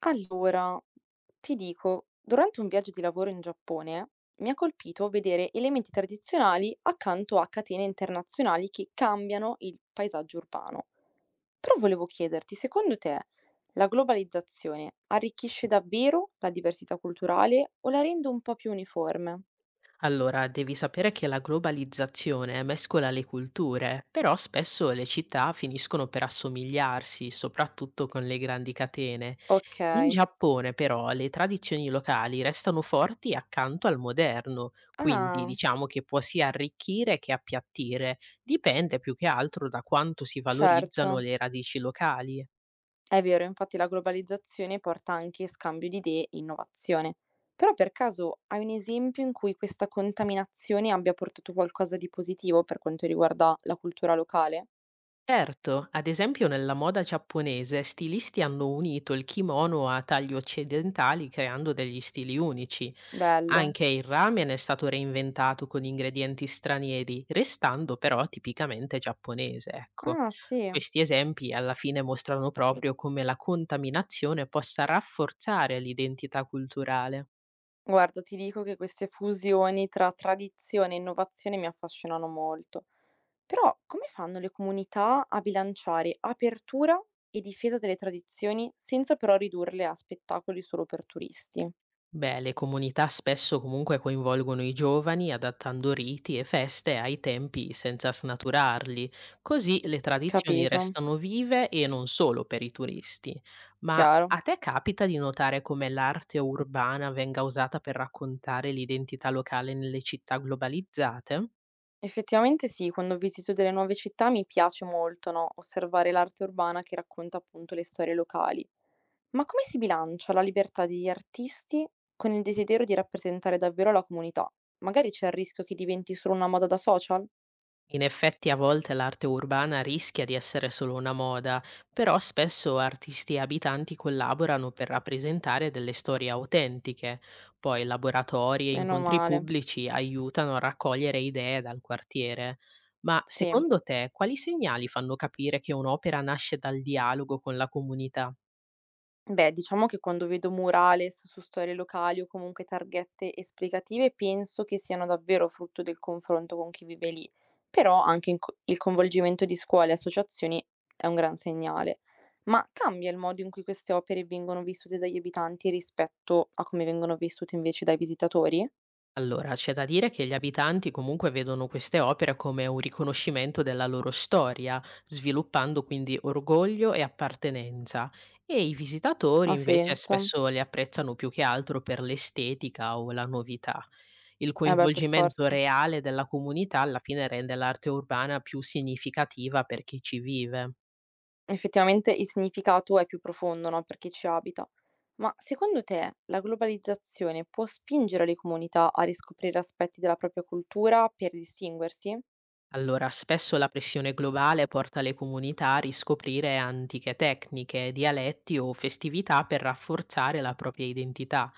Allora, ti dico, durante un viaggio di lavoro in Giappone mi ha colpito vedere elementi tradizionali accanto a catene internazionali che cambiano il paesaggio urbano. Però volevo chiederti, secondo te la globalizzazione arricchisce davvero la diversità culturale o la rende un po' più uniforme? Allora, devi sapere che la globalizzazione mescola le culture, però spesso le città finiscono per assomigliarsi, soprattutto con le grandi catene. Ok, In Giappone, però, le tradizioni locali restano forti accanto al moderno, quindi ah, diciamo che può sia arricchire che appiattire, dipende più che altro da quanto si valorizzano certo. le radici locali. È vero, infatti la globalizzazione porta anche scambio di idee e innovazione. Però per caso hai un esempio in cui questa contaminazione abbia portato qualcosa di positivo per quanto riguarda la cultura locale? Certo, ad esempio nella moda giapponese stilisti hanno unito il kimono a tagli occidentali creando degli stili unici. Bello. Anche il ramen è stato reinventato con ingredienti stranieri, restando però tipicamente giapponese, ecco. Ah, sì. Questi esempi alla fine mostrano proprio come la contaminazione possa rafforzare l'identità culturale. Guarda, ti dico che queste fusioni tra tradizione e innovazione mi affascinano molto. Però come fanno le comunità a bilanciare apertura e difesa delle tradizioni senza però ridurle a spettacoli solo per turisti? Beh, le comunità spesso comunque coinvolgono i giovani adattando riti e feste ai tempi senza snaturarli, così le tradizioni Capito? restano vive e non solo per i turisti. Ma Chiaro. a te capita di notare come l'arte urbana venga usata per raccontare l'identità locale nelle città globalizzate? Effettivamente sì, quando visito delle nuove città mi piace molto, no, osservare l'arte urbana che racconta appunto le storie locali. Ma come si bilancia la libertà degli artisti con il desiderio di rappresentare davvero la comunità? Magari c'è il rischio che diventi solo una moda da social? In effetti a volte l'arte urbana rischia di essere solo una moda, però spesso artisti e abitanti collaborano per rappresentare delle storie autentiche. Poi laboratori e Meno incontri male. pubblici aiutano a raccogliere idee dal quartiere. Ma Sì. secondo te quali segnali fanno capire che un'opera nasce dal dialogo con la comunità? Beh, diciamo che quando vedo murales su storie locali o comunque targhette esplicative, penso che siano davvero frutto del confronto con chi vive lì, però anche il coinvolgimento di scuole e associazioni è un gran segnale. Ma cambia il modo in cui queste opere vengono vissute dagli abitanti rispetto a come vengono vissute invece dai visitatori? Allora, c'è da dire che gli abitanti comunque vedono queste opere come un riconoscimento della loro storia, sviluppando quindi orgoglio e appartenenza, e i visitatori Ha invece senso? spesso le apprezzano più che altro per l'estetica o la novità. Il Eh beh, per coinvolgimento forza. reale della comunità alla fine rende l'arte urbana più significativa per chi ci vive. Effettivamente il significato è più profondo, no, per chi ci abita. Ma secondo te la globalizzazione può spingere le comunità a riscoprire aspetti della propria cultura per distinguersi? Allora, spesso la pressione globale porta le comunità a riscoprire antiche tecniche, dialetti o festività per rafforzare la propria identità.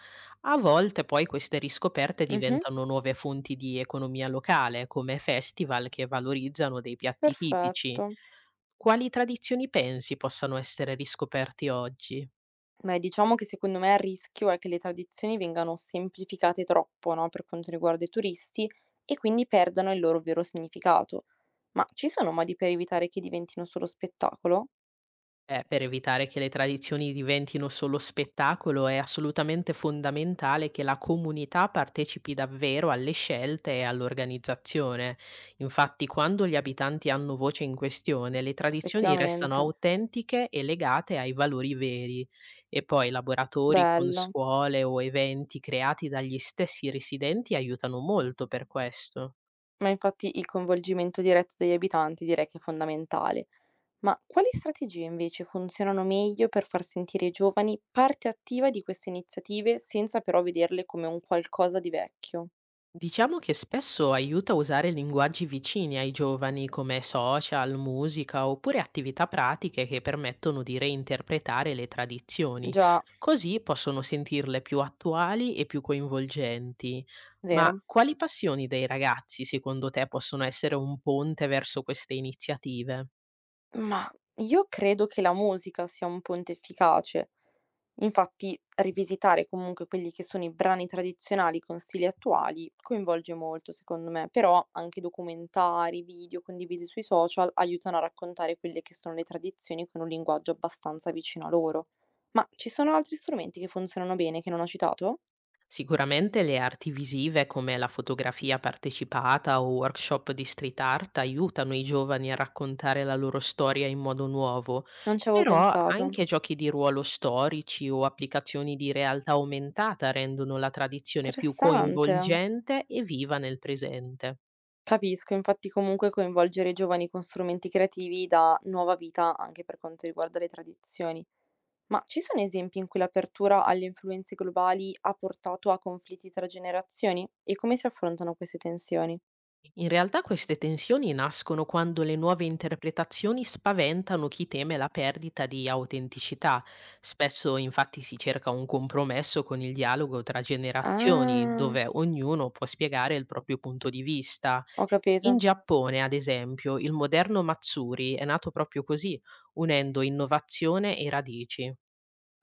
A volte poi queste riscoperte Mh-mh, diventano nuove fonti di economia locale, come festival che valorizzano dei piatti tipici. perfetto. Quali tradizioni pensi possano essere riscoperti oggi? Beh, diciamo che secondo me il rischio è che le tradizioni vengano semplificate troppo, no, per quanto riguarda i turisti e quindi perdano il loro vero significato. Ma ci sono modi per evitare che diventino solo spettacolo? Per evitare che le tradizioni diventino solo spettacolo è assolutamente fondamentale che la comunità partecipi davvero alle scelte e all'organizzazione. Infatti, quando gli abitanti hanno voce in questione, le tradizioni restano Effettivamente. autentiche e legate ai valori veri. E poi laboratori con Bello. scuole o eventi creati dagli stessi residenti aiutano molto per questo. Ma infatti il coinvolgimento diretto degli abitanti direi che è fondamentale. Ma quali strategie invece funzionano meglio per far sentire i giovani parte attiva di queste iniziative senza però vederle come un qualcosa di vecchio? Diciamo che spesso aiuta a usare linguaggi vicini ai giovani come social, musica oppure attività pratiche che permettono di reinterpretare le tradizioni, Già, così possono sentirle più attuali e più coinvolgenti. Ma vero? quali passioni dei ragazzi secondo te possono essere un ponte verso queste iniziative? Mah, io credo che la musica sia un ponte efficace. Infatti, rivisitare comunque quelli che sono i brani tradizionali con stili attuali coinvolge molto, secondo me, però anche documentari, video condivisi sui social aiutano a raccontare quelle che sono le tradizioni con un linguaggio abbastanza vicino a loro. Ma ci sono altri strumenti che funzionano bene che non ho citato? Sicuramente le arti visive come la fotografia partecipata o workshop di street art aiutano i giovani a raccontare la loro storia in modo nuovo, Non ci avevo però pensato. anche giochi di ruolo storici o applicazioni di realtà aumentata rendono la tradizione più Interessante. coinvolgente e viva nel presente. Capisco, infatti comunque coinvolgere i giovani con strumenti creativi dà nuova vita anche per quanto riguarda le tradizioni. Ma ci sono esempi in cui l'apertura alle influenze globali ha portato a conflitti tra generazioni? E come si affrontano queste tensioni? In realtà queste tensioni nascono quando le nuove interpretazioni spaventano chi teme la perdita di autenticità. Spesso infatti si cerca un compromesso con il dialogo tra generazioni, Ah, dove ognuno può spiegare il proprio punto di vista. ho In capito. Giappone, ad esempio, il moderno Matsuri è nato proprio così, unendo innovazione e radici.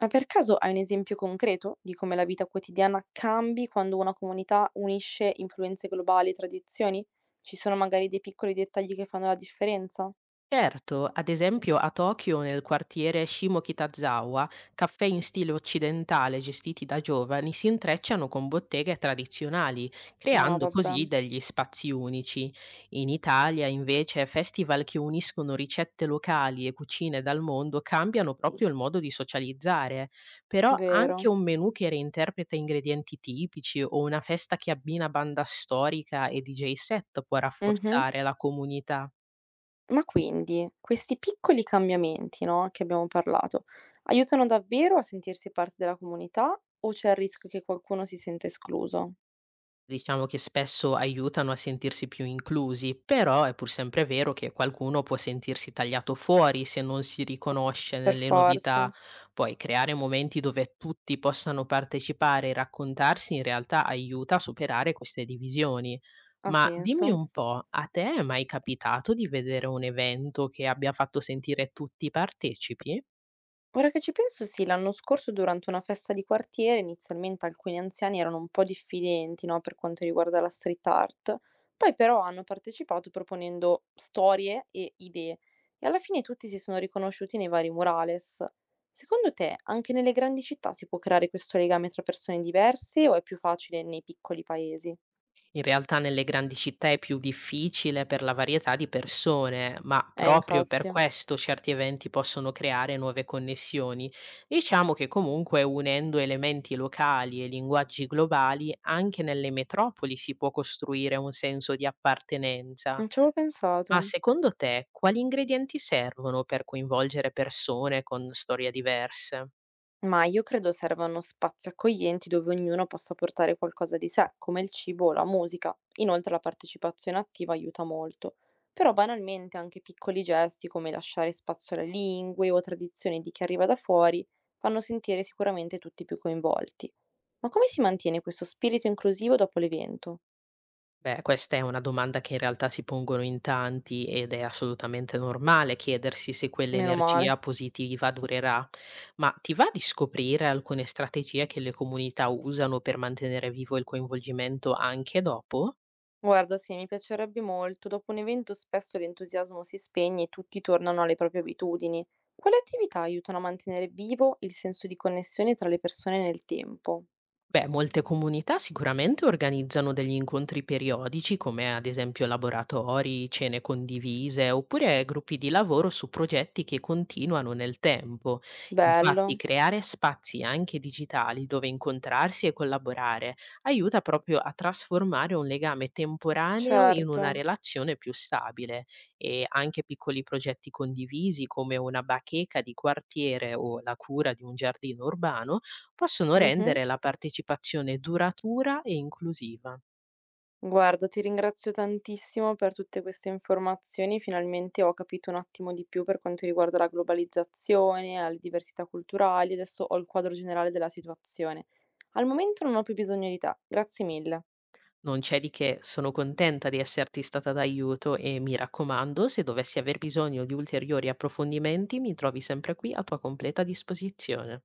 Ma per caso hai un esempio concreto di come la vita quotidiana cambi quando una comunità unisce influenze globali e tradizioni? Ci sono magari dei piccoli dettagli che fanno la differenza? Certo, ad esempio a Tokyo, nel quartiere Shimokitazawa, caffè in stile occidentale gestiti da giovani si intrecciano con botteghe tradizionali, No, creando vabbè, così degli spazi unici. In Italia, invece, festival che uniscono ricette locali e cucine dal mondo cambiano proprio il modo di socializzare. Però anche vero. un menù che reinterpreta ingredienti tipici o una festa che abbina banda storica e DJ set può Mhm. rafforzare la comunità. Ma quindi questi piccoli cambiamenti, no, che abbiamo parlato, aiutano davvero a sentirsi parte della comunità o c'è il rischio che qualcuno si senta escluso? Diciamo che spesso aiutano a sentirsi più inclusi, però è pur sempre vero che qualcuno può sentirsi tagliato fuori se non si riconosce Per nelle forza, novità. Poi creare momenti dove tutti possano partecipare e raccontarsi in realtà aiuta a superare queste divisioni. ha Ma dimmi senso. un po', a te è mai capitato di vedere un evento che abbia fatto sentire tutti partecipi? Ora che ci penso sì, l'anno scorso durante una festa di quartiere inizialmente alcuni anziani erano un po' diffidenti, no, per quanto riguarda la street art, poi però hanno partecipato proponendo storie e idee e alla fine tutti si sono riconosciuti nei vari murales. Secondo te anche nelle grandi città si può creare questo legame tra persone diverse o è più facile nei piccoli paesi? In realtà nelle grandi città è più difficile per la varietà di persone, ma proprio per Infatti, questo certi eventi possono creare nuove connessioni. Diciamo che comunque unendo elementi locali e linguaggi globali, anche nelle metropoli si può costruire un senso di appartenenza. non ci avevo Ma pensato. secondo te quali ingredienti servono per coinvolgere persone con storie diverse? Ma io credo servano spazi accoglienti dove ognuno possa portare qualcosa di sé, come il cibo o la musica. Inoltre la partecipazione attiva aiuta molto. Però banalmente anche piccoli gesti come lasciare spazio alle lingue o tradizioni di chi arriva da fuori fanno sentire sicuramente tutti più coinvolti. Ma come si mantiene questo spirito inclusivo dopo l'evento? Beh, questa è una domanda che in realtà si pongono in tanti ed è assolutamente normale chiedersi se Meno quell'energia male. positiva durerà. Ma ti va di scoprire alcune strategie che le comunità usano per mantenere vivo il coinvolgimento anche dopo? Guarda, sì, mi piacerebbe molto. Dopo un evento spesso l'entusiasmo si spegne e tutti tornano alle proprie abitudini. Quali attività aiutano a mantenere vivo il senso di connessione tra le persone nel tempo? Beh, molte comunità sicuramente organizzano degli incontri periodici, come ad esempio laboratori, cene condivise, oppure gruppi di lavoro su progetti che continuano nel tempo. Infatti, Bello, creare spazi anche digitali dove incontrarsi e collaborare aiuta proprio a trasformare un legame temporaneo in una certo. relazione più stabile e anche piccoli progetti condivisi come una bacheca di quartiere o la cura di un giardino urbano possono Mhm. rendere la partecipazione duratura e inclusiva. Guarda, ti ringrazio tantissimo per tutte queste informazioni. Finalmente ho capito un attimo di più per quanto riguarda la globalizzazione, le diversità culturali. Adesso ho il quadro generale della situazione. Al momento non ho più bisogno di te. Grazie mille. Non c'è di che, sono contenta di esserti stata d'aiuto e mi raccomando, se dovessi aver bisogno di ulteriori approfondimenti, mi trovi sempre qui a tua completa disposizione.